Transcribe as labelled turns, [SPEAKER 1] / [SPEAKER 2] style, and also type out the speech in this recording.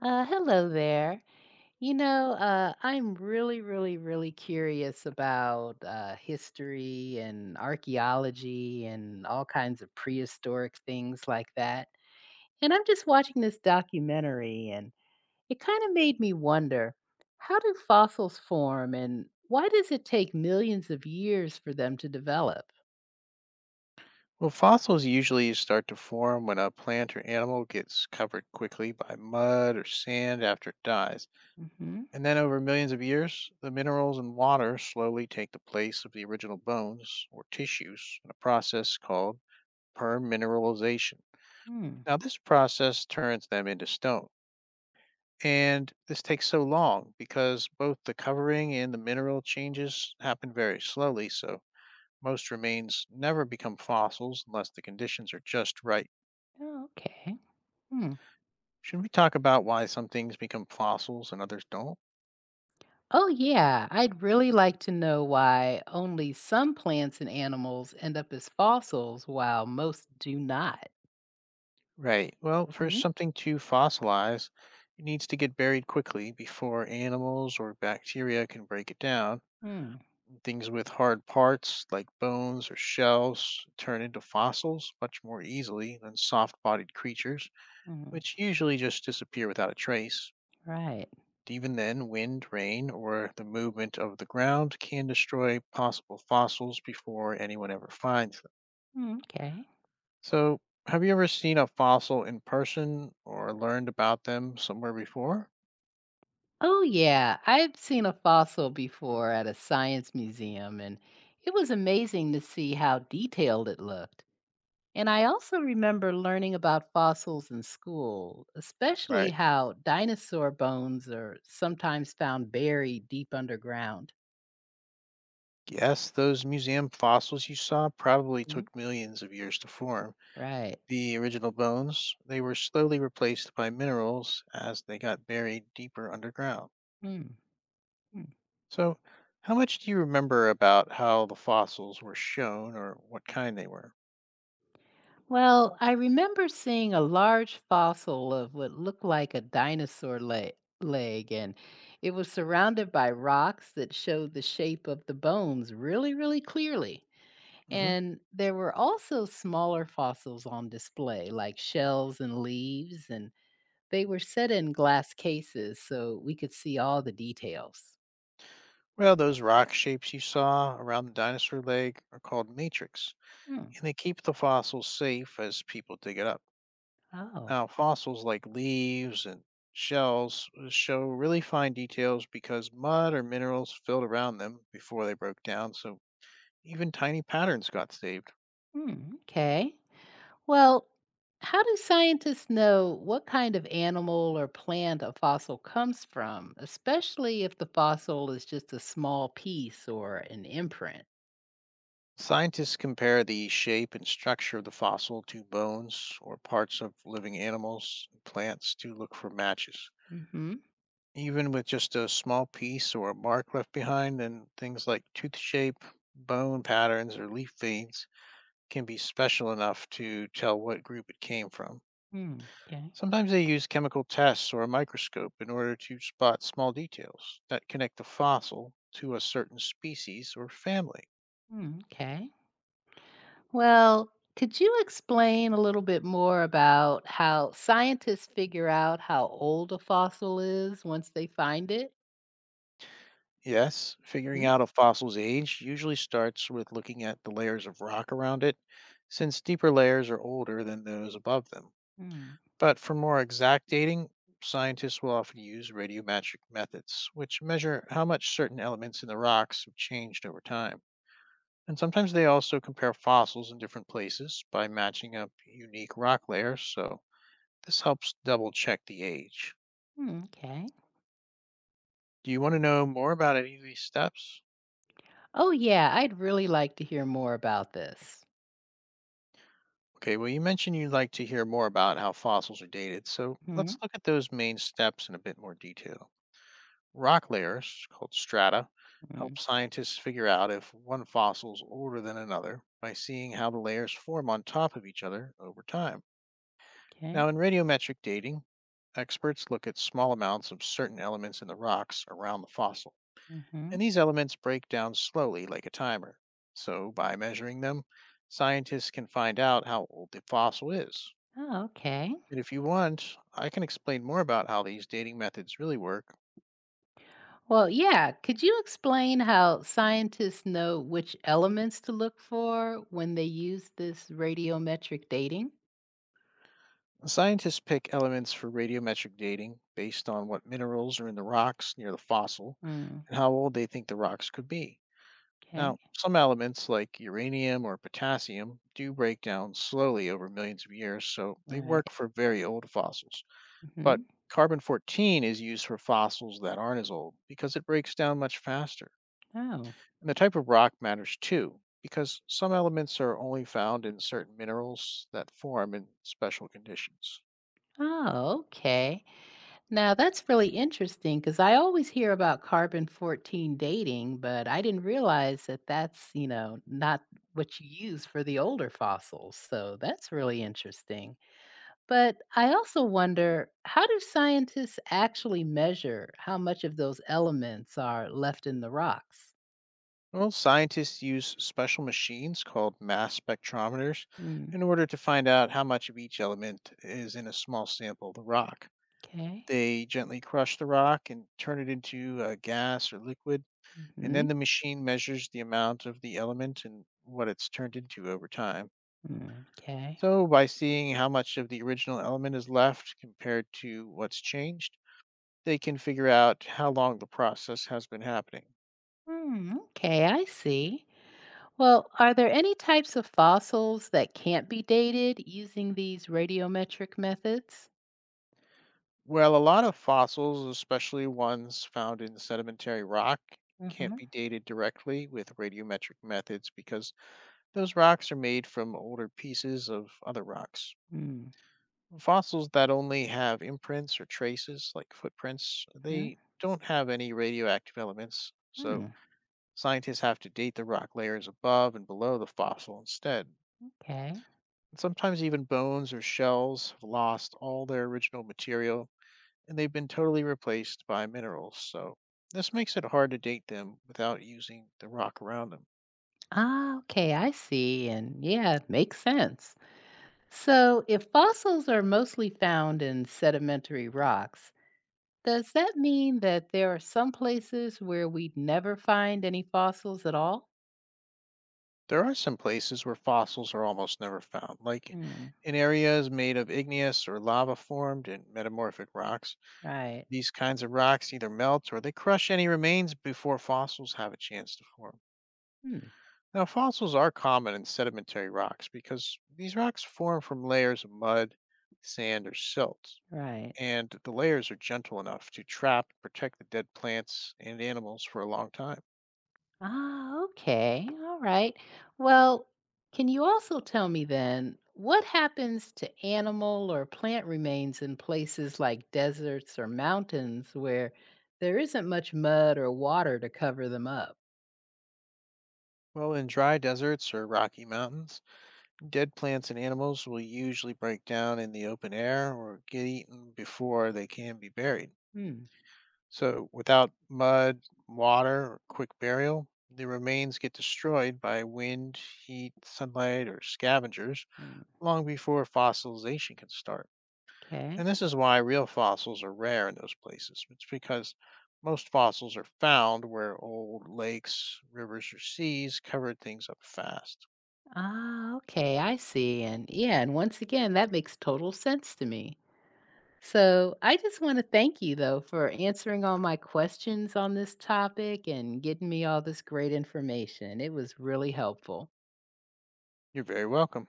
[SPEAKER 1] Hello there. I'm really curious about history and archaeology and all kinds of prehistoric things like that. And I'm just watching this documentary, and it kind of made me wonder, how do fossils form, and why does it take millions of years for them to develop?
[SPEAKER 2] Well, fossils usually start to form when a plant or animal gets covered quickly by mud or sand after it dies.
[SPEAKER 1] Mm-hmm.
[SPEAKER 2] And then over millions of years, the minerals and water slowly take the place of the original bones or tissues in a process called permineralization.
[SPEAKER 1] Hmm.
[SPEAKER 2] Now, this process turns them into stone. And this takes so long because both the covering and the mineral changes happen very slowly, so most remains never become fossils unless the conditions are just right.
[SPEAKER 1] Oh, okay. Hmm.
[SPEAKER 2] Should we talk about why some things become fossils and others don't?
[SPEAKER 1] Oh, yeah, I'd really like to know why only some plants and animals end up as fossils while most do not.
[SPEAKER 2] Right. Well, for
[SPEAKER 1] Mhm.
[SPEAKER 2] something to fossilize, it needs to get buried quickly before animals or bacteria can break it down.
[SPEAKER 1] Hmm.
[SPEAKER 2] Things with hard parts, like bones or shells, turn into fossils much more easily than soft bodied creatures,
[SPEAKER 1] hmm,
[SPEAKER 2] which usually just disappear without a trace.
[SPEAKER 1] Right.
[SPEAKER 2] Even then, wind, rain, or the movement of the ground can destroy possible fossils before anyone ever finds them.
[SPEAKER 1] Hmm, Okay.
[SPEAKER 2] So, have you ever seen a fossil in person or learned about them somewhere before?
[SPEAKER 1] Oh, yeah, I've seen a fossil before at a science museum, and it was amazing to see how detailed it looked. And I also remember learning about fossils in school, especially
[SPEAKER 2] Right.
[SPEAKER 1] how dinosaur bones are sometimes found buried deep underground.
[SPEAKER 2] Yes, those museum fossils you saw probably
[SPEAKER 1] Mm,
[SPEAKER 2] took millions of years to form.
[SPEAKER 1] Right.
[SPEAKER 2] The original bones, they were slowly replaced by minerals as they got buried deeper underground.
[SPEAKER 1] Mm, mm.
[SPEAKER 2] So, how much do you remember about how the fossils were shown or what kind they were?
[SPEAKER 1] Well, I remember seeing a large fossil of what looked like a dinosaur leg, and it was surrounded by rocks that showed the shape of the bones really clearly.
[SPEAKER 2] Hmm.
[SPEAKER 1] And there were also smaller fossils on display, like shells and leaves, and they were set in glass cases so we could see all the details.
[SPEAKER 2] Well, those rock shapes you saw around the dinosaur leg are called matrix,
[SPEAKER 1] Mm,
[SPEAKER 2] and they keep the fossils safe as people dig it up.
[SPEAKER 1] Oh,
[SPEAKER 2] Now, fossils like leaves and shells show really fine details because mud or minerals filled around them before they broke down, so even tiny patterns got saved.
[SPEAKER 1] mm, okay. Well, how do scientists know what kind of animal or plant a fossil comes from, especially if the fossil is just a small piece or an imprint?
[SPEAKER 2] Scientists compare the shape and structure of the fossil to bones or parts of living animals and plants to look for matches.
[SPEAKER 1] Mm-hmm.
[SPEAKER 2] Even with just a small piece or a mark left behind, and things like tooth shape, bone patterns, or leaf veins can be special enough to tell what group it came from.
[SPEAKER 1] Hmm. Okay.
[SPEAKER 2] Sometimes they use chemical tests or a microscope in order to spot small details that connect the fossil to a certain species or family.
[SPEAKER 1] Hmm, okay. Well, could you explain a little bit more about how scientists figure out how old a fossil is once they find it?
[SPEAKER 2] Yes, figuring out a fossil's age usually starts with looking at the layers of rock around it, since deeper layers are older than those above them.
[SPEAKER 1] Mm-hmm.
[SPEAKER 2] But for more exact dating, scientists will often use radiometric methods, which measure how much certain elements in the rocks have changed over time. And sometimes they also compare fossils in different places by matching up unique rock layers, so this helps double check the age.
[SPEAKER 1] Okay.
[SPEAKER 2] Do you want to know more about any of these steps?
[SPEAKER 1] Oh, yeah, I'd really like to hear more about this.
[SPEAKER 2] Okay, well, you mentioned you'd like to hear more about how fossils are dated, so
[SPEAKER 1] Mm-hmm.
[SPEAKER 2] let's look at those main steps in a bit more detail. Rock layers, called strata, help scientists figure out if one fossil is older than another by seeing how the layers form on top of each other over time.
[SPEAKER 1] Okay.
[SPEAKER 2] Now, in radiometric dating, experts look at small amounts of certain elements in the rocks around the fossil,
[SPEAKER 1] Mm-hmm.
[SPEAKER 2] and these elements break down slowly like a timer. So, by measuring them, scientists can find out how old the fossil is.
[SPEAKER 1] Oh, okay.
[SPEAKER 2] And if you want, I can explain more about how these dating methods really work.
[SPEAKER 1] Well, yeah, could you explain how scientists know which elements to look for when they use this radiometric dating?
[SPEAKER 2] Scientists pick elements for radiometric dating based on what minerals are in the rocks near the fossil
[SPEAKER 1] Mm,
[SPEAKER 2] and how old they think the rocks could be.
[SPEAKER 1] okay.
[SPEAKER 2] Now, some elements like uranium or potassium do break down slowly over millions of years, so they work
[SPEAKER 1] Right.
[SPEAKER 2] for very old fossils.
[SPEAKER 1] hmm
[SPEAKER 2] But carbon 14 is used for fossils that aren't as old because it breaks down much faster.
[SPEAKER 1] Oh.
[SPEAKER 2] And the type of rock matters too, because some elements are only found in certain minerals that form in special conditions.
[SPEAKER 1] Oh, okay. Now that's really interesting because I always hear about carbon 14 dating, but I didn't realize that that's not what you use for the older fossils. So that's really interesting. But I also wonder, how do scientists actually measure how much of those elements are left in the rocks?
[SPEAKER 2] Well, scientists use special machines called mass spectrometers
[SPEAKER 1] Mm,
[SPEAKER 2] in order to find out how much of each element is in a small sample of the rock.
[SPEAKER 1] okay.
[SPEAKER 2] They gently crush the rock and turn it into a gas or liquid, and then
[SPEAKER 1] hmm
[SPEAKER 2] the machine measures the amount of the element and what it's turned into over time.
[SPEAKER 1] Mm, okay.
[SPEAKER 2] So, by seeing how much of the original element is left compared to what's changed, they can figure out how long the process has been happening.
[SPEAKER 1] Hmm, okay, I see. Well, are there any types of fossils that can't be dated using these radiometric methods?
[SPEAKER 2] Well, a lot of fossils, especially ones found in sedimentary rock, can't
[SPEAKER 1] Mm-hmm.
[SPEAKER 2] be dated directly with radiometric methods because those rocks are made from older pieces of other rocks.
[SPEAKER 1] Mm,
[SPEAKER 2] Fossils that only have imprints or traces, like footprints, they
[SPEAKER 1] hmm
[SPEAKER 2] don't have any radioactive elements, so
[SPEAKER 1] mm,
[SPEAKER 2] scientists have to date the rock layers above and below the fossil instead.
[SPEAKER 1] okay.
[SPEAKER 2] And sometimes even bones or shells have lost all their original material and they've been totally replaced by minerals, so this makes it hard to date them without using the rock around them.
[SPEAKER 1] Ah, okay, I see. And yeah, it makes sense. So, if fossils are mostly found in sedimentary rocks, does that mean that there are some places where we'd never find any fossils at all?
[SPEAKER 2] There are some places where fossils are almost never found, like
[SPEAKER 1] Hmm,
[SPEAKER 2] in areas made of igneous or lava formed and metamorphic rocks.
[SPEAKER 1] right.
[SPEAKER 2] These kinds of rocks either melt or they crush any remains before fossils have a chance to form.
[SPEAKER 1] Hmm,
[SPEAKER 2] Now, fossils are common in sedimentary rocks because these rocks form from layers of mud, sand, or silt,
[SPEAKER 1] right.
[SPEAKER 2] and the layers are gentle enough to trap and protect the dead plants and animals for a long time.
[SPEAKER 1] Ah, okay. All right. Well, can you also tell me then what happens to animal or plant remains in places like deserts or mountains where there isn't much mud or water to cover them up?
[SPEAKER 2] Well, in dry deserts or rocky mountains, dead plants and animals will usually break down in the open air or get eaten before they can be buried.
[SPEAKER 1] Hmm.
[SPEAKER 2] So, without mud, water, or quick burial, the remains get destroyed by wind, heat, sunlight, or scavengers
[SPEAKER 1] hmm,
[SPEAKER 2] long before fossilization can start.
[SPEAKER 1] Okay.
[SPEAKER 2] And this is why real fossils are rare in those places. It's because most fossils are found where old lakes, rivers, or seas covered things up fast.
[SPEAKER 1] Ah, okay, I see. And yeah, and once again, that makes total sense to me. So I just want to thank you, though, for answering all my questions on this topic and getting me all this great information. It was really helpful.
[SPEAKER 2] You're very welcome.